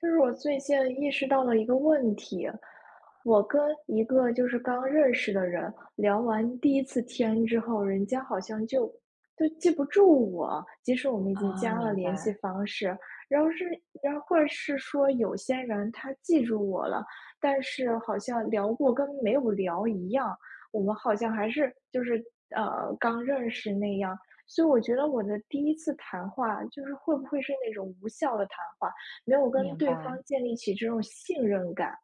就是我最近意识到了一个问题，我跟一个就是刚认识的人聊完第一次天之后，人家好像就记不住我，即使我们已经啊，加了明联系白，方式，然后是，然后或者是说有些人他记住我了，但是好像聊过跟没有聊一样，我们好像还是就是刚认识那样，所以我觉得我的第一次谈话就是会不会是那种无效的谈话？没有跟明对白，方建立起这种信任感。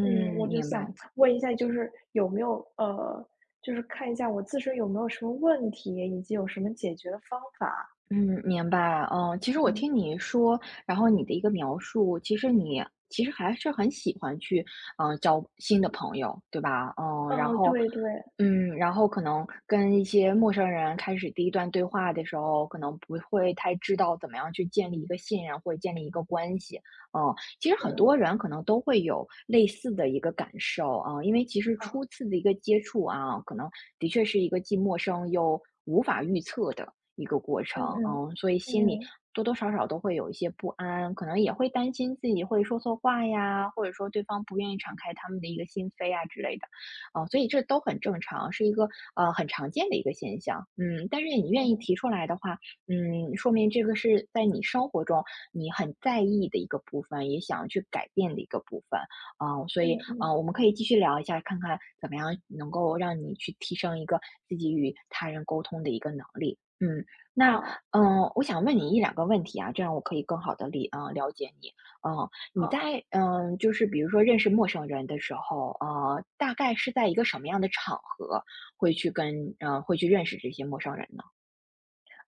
嗯，我就明想白。问一下，就是有没有就是看一下我自身有没有什么问题，以及有什么解决的方法。嗯，明白。嗯，其实我嗯，听你说，然后你的一个描述，其实你其实还是很喜欢去，交新的朋友，对吧？嗯，然嗯，后，对对，嗯，然后可能跟一些陌生人开始第一段对话的时候，可能不会太知道怎么样去建立一个信任或者建立一个关系。嗯，其实很是，多人可能都会有类似的一个感受啊，因为其实好，初次的一个接触啊，可能的确是一个既陌生又无法预测的一个过程，嗯嗯，嗯，所以心里嗯，多多少少都会有一些不安，可能也会担心自己会说错话呀，或者说对方不愿意敞开他们的一个心扉啊之类的，啊，所以这都很正常，是一个很常见的一个现象，嗯，但是你愿意哦，提出来的话，说明这个是在你生活中你很在意的一个部分，也想要去改变的一个部分，啊，所嗯以啊，嗯，我们可以继续聊一下，看看怎么样能够让你去提升一个自己与他人沟通的一个能力，嗯。那，好我想问你一两个问题啊，这样我可以更好的了解你。嗯、你好。在，就是比如说认识陌生人的时候，大概是在一个什么样的场合会去认识这些陌生人呢？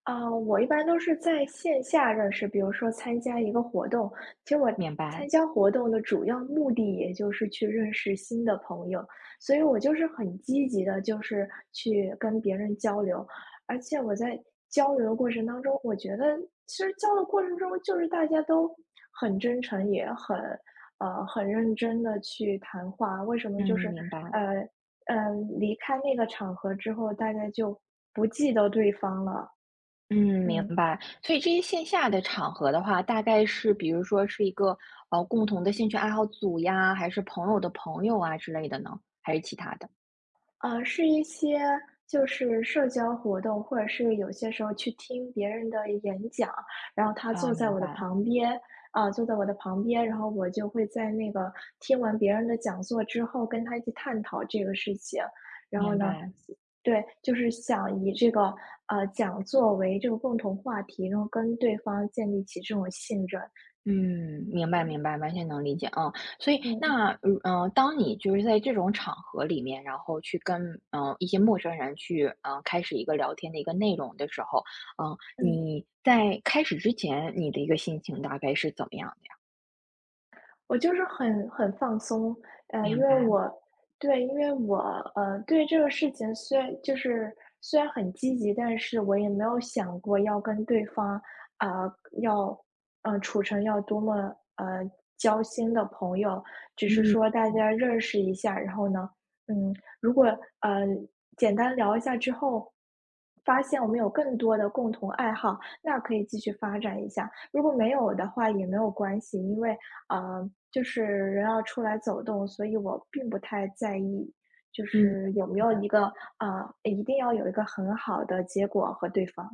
啊，我一般都是在线下认识，比如说参加一个活动，其实我明白，参加活动的主要目的也就是去认识新的朋友，所以我就是很积极的，就是去跟别人交流，而且我在交流的过程当中，我觉得其实交流过程中就是大家都很真诚，也很认真的去谈话，为什么嗯，就是明白，呃嗯、呃离开那个场合之后，大家就不记得对方了，嗯，明嗯，白。所以这些线下的场合的话，大概是比如说是一个，共同的兴趣爱好组呀，还是朋友的朋友啊之类的呢？还是其他的？是一些就是社交活动，或者是有些时候去听别人的演讲，然后他坐啊，在明我的白，旁边，然后我就会在那个听完别人的讲座之后，跟他一起探讨这个事情。然后明呢，白。对，就是想以这个讲座为这个共同话题，然后跟对方建立起这种信任。嗯，明白嗯明白，完全能理解，啊。所以嗯那，当你就是在这种场合里面，然后去跟，一些陌生人去，开始一个聊天的一个内容的时候，嗯，嗯。你在开始之前，你的一个心情大概是怎么样的呀？我就是很放松，呃，因明为白，我对，因为我，呃，对这个事情虽然很积极，但是我也没有想过要跟对方，啊，呃要，处成要多么，呃，交心的朋友，只是嗯，说大家认识一下，然后呢，嗯，如果，呃，简单聊一下之后，发现我们有更多的共同爱好，那可以继续发展一下。如果没有的话也没有关系，因为就是人要出来走动，所以我并不太在意，就嗯。是有没有一个一定要有一个很好的结果和对方。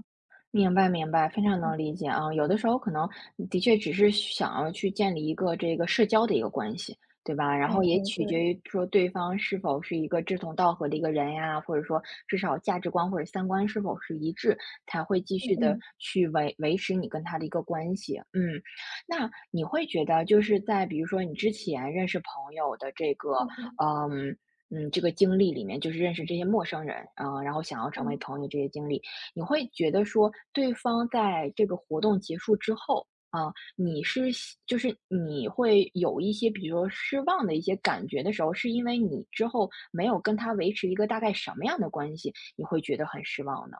明白明白，非常嗯，能理解啊。有的时候可能的确只是想要去建立一个这个社交的一个关系，对吧？然哎后也哎，取决对，于说对方是否是一个志同道合的一个人呀，或者说至少价值观或者三观是否是一致，才会继嗯续的嗯去维持你跟他的一个关系。嗯，那你会觉得就是在比如说你之前认识朋友的这个，嗯嗯呃嗯。嗯，这个经历里面就是认识这些陌生人，然后想要成为嗯，朋友这些经历，你会觉得说对方在这个活动结束之后，啊，你是希就是你会有一些比如说失望的一些感觉的时候，是因为你之后没有跟他维持一个大概什么样的关系，你会觉得很失望呢？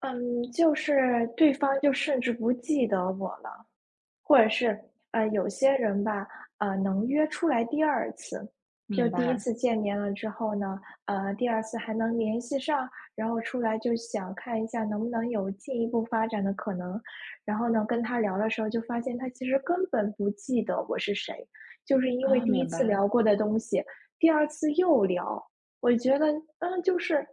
嗯，就是对方就甚至不记得我了。或者是，有些人吧，能约出来第二次，就明第一白，次见面了之后呢，第二次还能联系上，然后出来就想看一下能不能有进一步发展的可能。然后呢，跟他聊的时候就发现他其实根本不记得我是谁，就是因为啊，第一明次白，聊过的东西，第二次又聊。我觉得，嗯，就是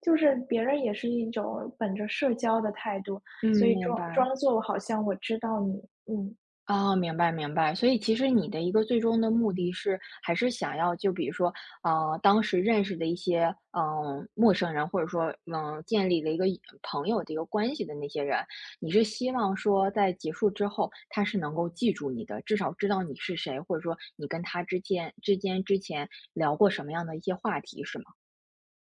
就是别人也是一种本着社交的态度，所嗯，以明装白。装作好像我知道你。嗯，哦，明白明白。所以其实你的一个最终的目的是，还是想要就比如说，当时认识的一些，陌生人，或者说，建立了一个朋友的一个关系的那些人，你是希望说在结束之后，他是能够记住你的，至少知道你是谁，或者说你跟他之间之前聊过什么样的一些话题，是吗？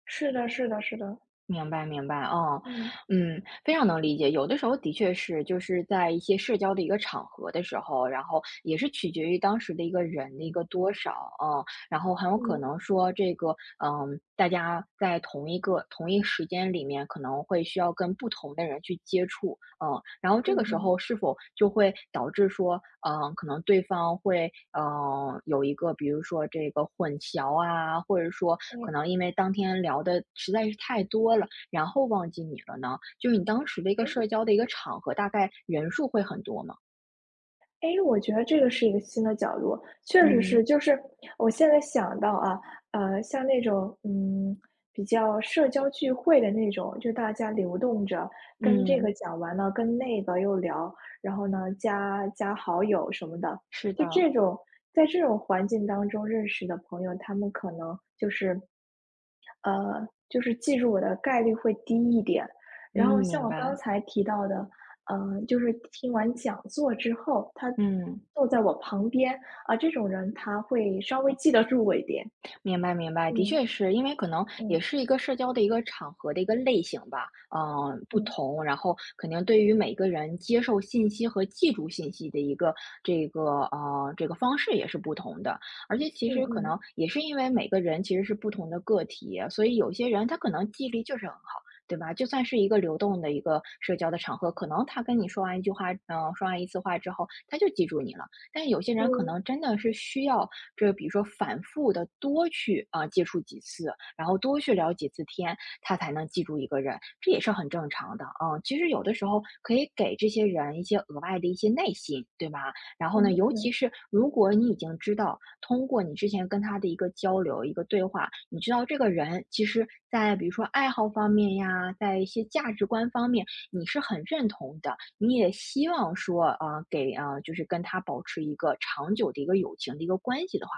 是的是的是的，明白明白，哦，嗯，嗯，非常能理解。有的时候的确是，就是在一些社交的一个场合的时候，然后也是取决于当时的一个人的一个多少，哦然后很有可嗯，能说这个，大家在同一时间里面，可能会需要跟不同的人去接触，嗯，然后这嗯个时嗯，候是否就会导致说，可能对方会，有一个比如说这个混淆啊，或者说哎，可能因为当天聊的实在是太多了，然后忘记你了呢？就是你当时的一个哎，社交的一个场合，大概人数会很多吗？哎，我觉得这个是一个新的角度，确实是，嗯就是我现在想到啊，像那种，嗯，比较社交聚会的那种，就大家流动着，跟这个嗯，讲完了，跟那个又聊，然后呢，加好友什么的，是就的，这种，在这种环境当中认识的朋友，他们可能就是就是记住我的概率会低一点。嗯，然后像明我刚白，才提到的，就是听完讲座之后，他嗯。坐在我旁边，啊，这种人他会稍微记得住我一点。明白明白，的嗯确是因为可能也嗯是一个社交的一个场合的一个类型吧，不嗯同，然后肯定对于每个人接受信息和记住信息的一个这个方式也是不同的，而且其嗯实可嗯能也是因为每个人其实是不同的个体，所以有些人他可能记忆力就是很好。对吧？就算是一个流动的一个社交的场合，可能他跟你说完一句话，说完一次话之后，他就记住你了。但有些人可嗯能真的是需要这个比如说反复的多去，啊，接触几次，然后多去聊几次天，他才能记住一个人，这也是很正常的，啊。嗯其实有的时候可以给这些人一些额外的一些耐心，对吧？然后嗯呢，嗯尤其嗯是如果你已经知道，通过你之前跟他的一个交流、一个对话，你知道这个人其实在比如说爱好方面呀，在一些价值观方面，你是很认同的，你也希望说啊，就是跟他保持一个长久的一个友情的一个关系的话，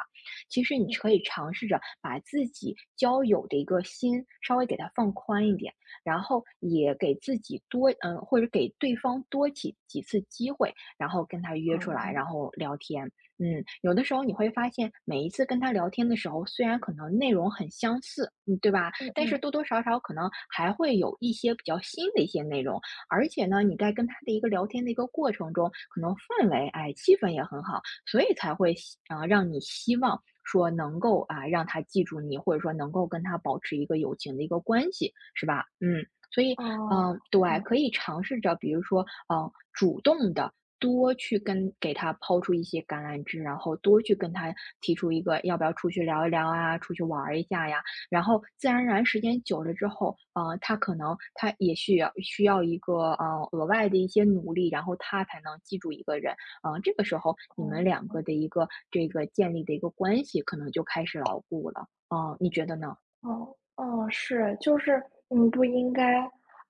其实你可以尝试着把自己交友的一个心稍微给它放宽一点，然后也给自己多，或者给对方多几次机会，然后跟他嗯约出来，嗯然后聊天。嗯，有的时候你会发现，每一次跟他聊天的时候，虽然可能内容很相似，嗯，对吧？嗯但是嗯，多多少少可能还会有一些比较新的一些内容，而且呢，你在跟他的一个聊天的一个过程中，可能氛围，哎，气氛也很好，所以才会让你希望说能够啊，让他记住你，或者说能够跟他保持一个友情的一个关系，是吧？嗯，所以，哦对，哦可以尝试着，比如说，主动的。多去跟给他抛出一些橄榄枝，然后多去跟他提出一个要不要出去聊一聊啊，出去玩儿一下呀，然后自然而然时间久了之后，他可能他也需要一个额外的一些努力，然后他才能记住一个人。这个时候你们哦。两个的一个这个建立的一个关系，可能就开始牢固了。你觉得呢？哦，哦，是，就是不应该，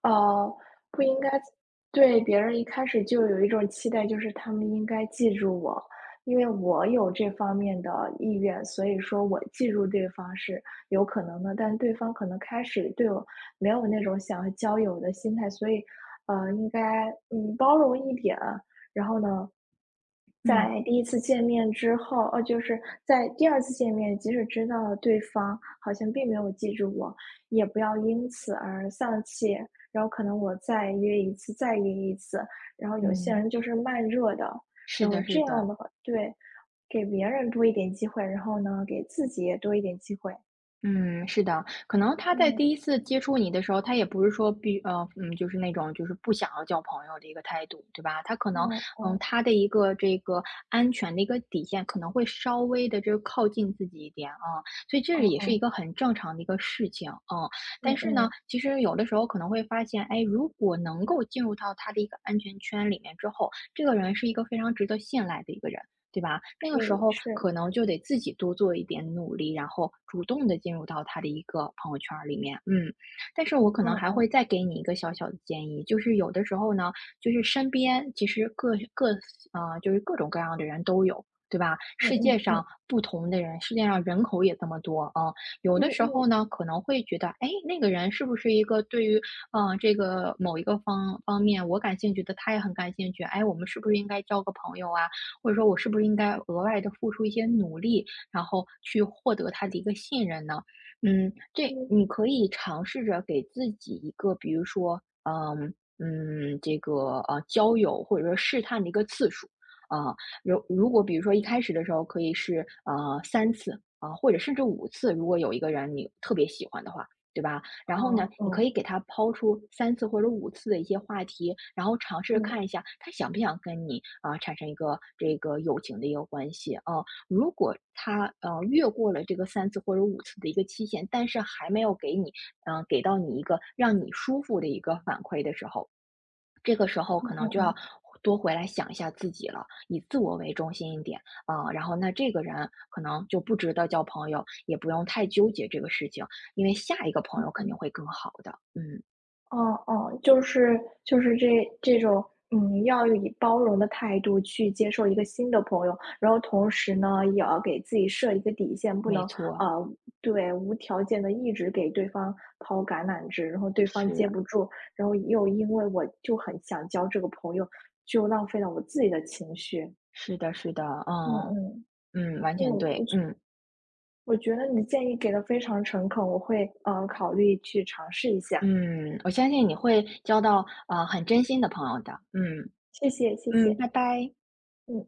呃，不应该对别人一开始就有一种期待，就是他们应该记住我，因为我有这方面的意愿，所以说我记住对方是有可能的，但对方可能开始对我没有那种想要交友的心态，所以，应该包容一点，然后呢，嗯。在第一次见面之后，就是在第二次见面，即使知道了对方好像并没有记住我，也不要因此而丧气。然后可能我再约一次，再约一次。然后有些人嗯，就是慢热的，是然后的，这是样的。的话，对，给别人多一点机会，然后呢，给自己也多一点机会。嗯，是的，可能他在嗯，第一次接触你的时候，他也不是说就是那种就是不想要交朋友的一个态度，对吧？他可嗯能，嗯他的一个这个安全的一个底线可能会稍微的这个靠近自己一点啊，所以这嗯也是一嗯个很正常的一个事情，嗯。嗯但是呢，嗯，其实有的时候可能会发现，哎，如果能够进入到他的一个安全圈里面之后，这个人是一个非常值得信赖的一个人。对吧？那可个时以候是，可能就得自己多做一点努力，然后主动的进入到他的一个朋友圈儿里面，嗯。但是我可能嗯还嗯会再给你一个小小的建议，就是有的时候嗯呢，就是身边其实各各啊，就是各种各样的人都有，对吧？嗯世界嗯嗯上不同的人，世界上人口也这么多啊，有的时嗯候呢，可能会觉得，哎，那个人是不是一个对于，这个某一个方面我感兴趣的，他也很感兴趣，哎，我们是不是应该交个朋友啊？或者说我是不是应该额外的付出一些努力，然后去获得他的一个信任呢？嗯，嗯这嗯，你可以尝试着给自己一个，比如说，这个，交友或者说试探的一个次数。啊，如果比如说一开始的时候可以是，三次，啊，或者甚至五次，如果有一个人你特别喜欢的话，对吧？然后呢，哦你可哦，以给他抛出三次或者五次的一些话题，然后尝试嗯。看一下他想不想跟你，啊，产生一个这个友情的一个关系，啊。如果他，越过了这个三次或者五次的一个期限，但是还没有给你，给到你一个让你舒服的一个反馈的时候，这个时候嗯可能就要嗯多回来想一下自己了，以自我为中心一点，啊。然后那这个人可能就不值得交朋友，也不用太纠结这个事情，因为下一个朋嗯友肯嗯定嗯，会更好的。嗯，哦哦，就是这种，嗯，要以包容的态度去接受一个新的朋友，然后同时呢，也要给自己设一个底线，不没能错，呃，对，无条件的一直给对方抛橄榄枝，然后对方接是不住，然后又因为我就很想交这个朋友，就浪费了我自己的情绪。是的，是的，嗯嗯嗯嗯，完嗯，全对，嗯我觉得你的建议给的非常诚恳，我会考虑去尝试一下，嗯，我相信你会交到很真心的朋友的，嗯谢谢谢嗯，谢，拜拜。嗯。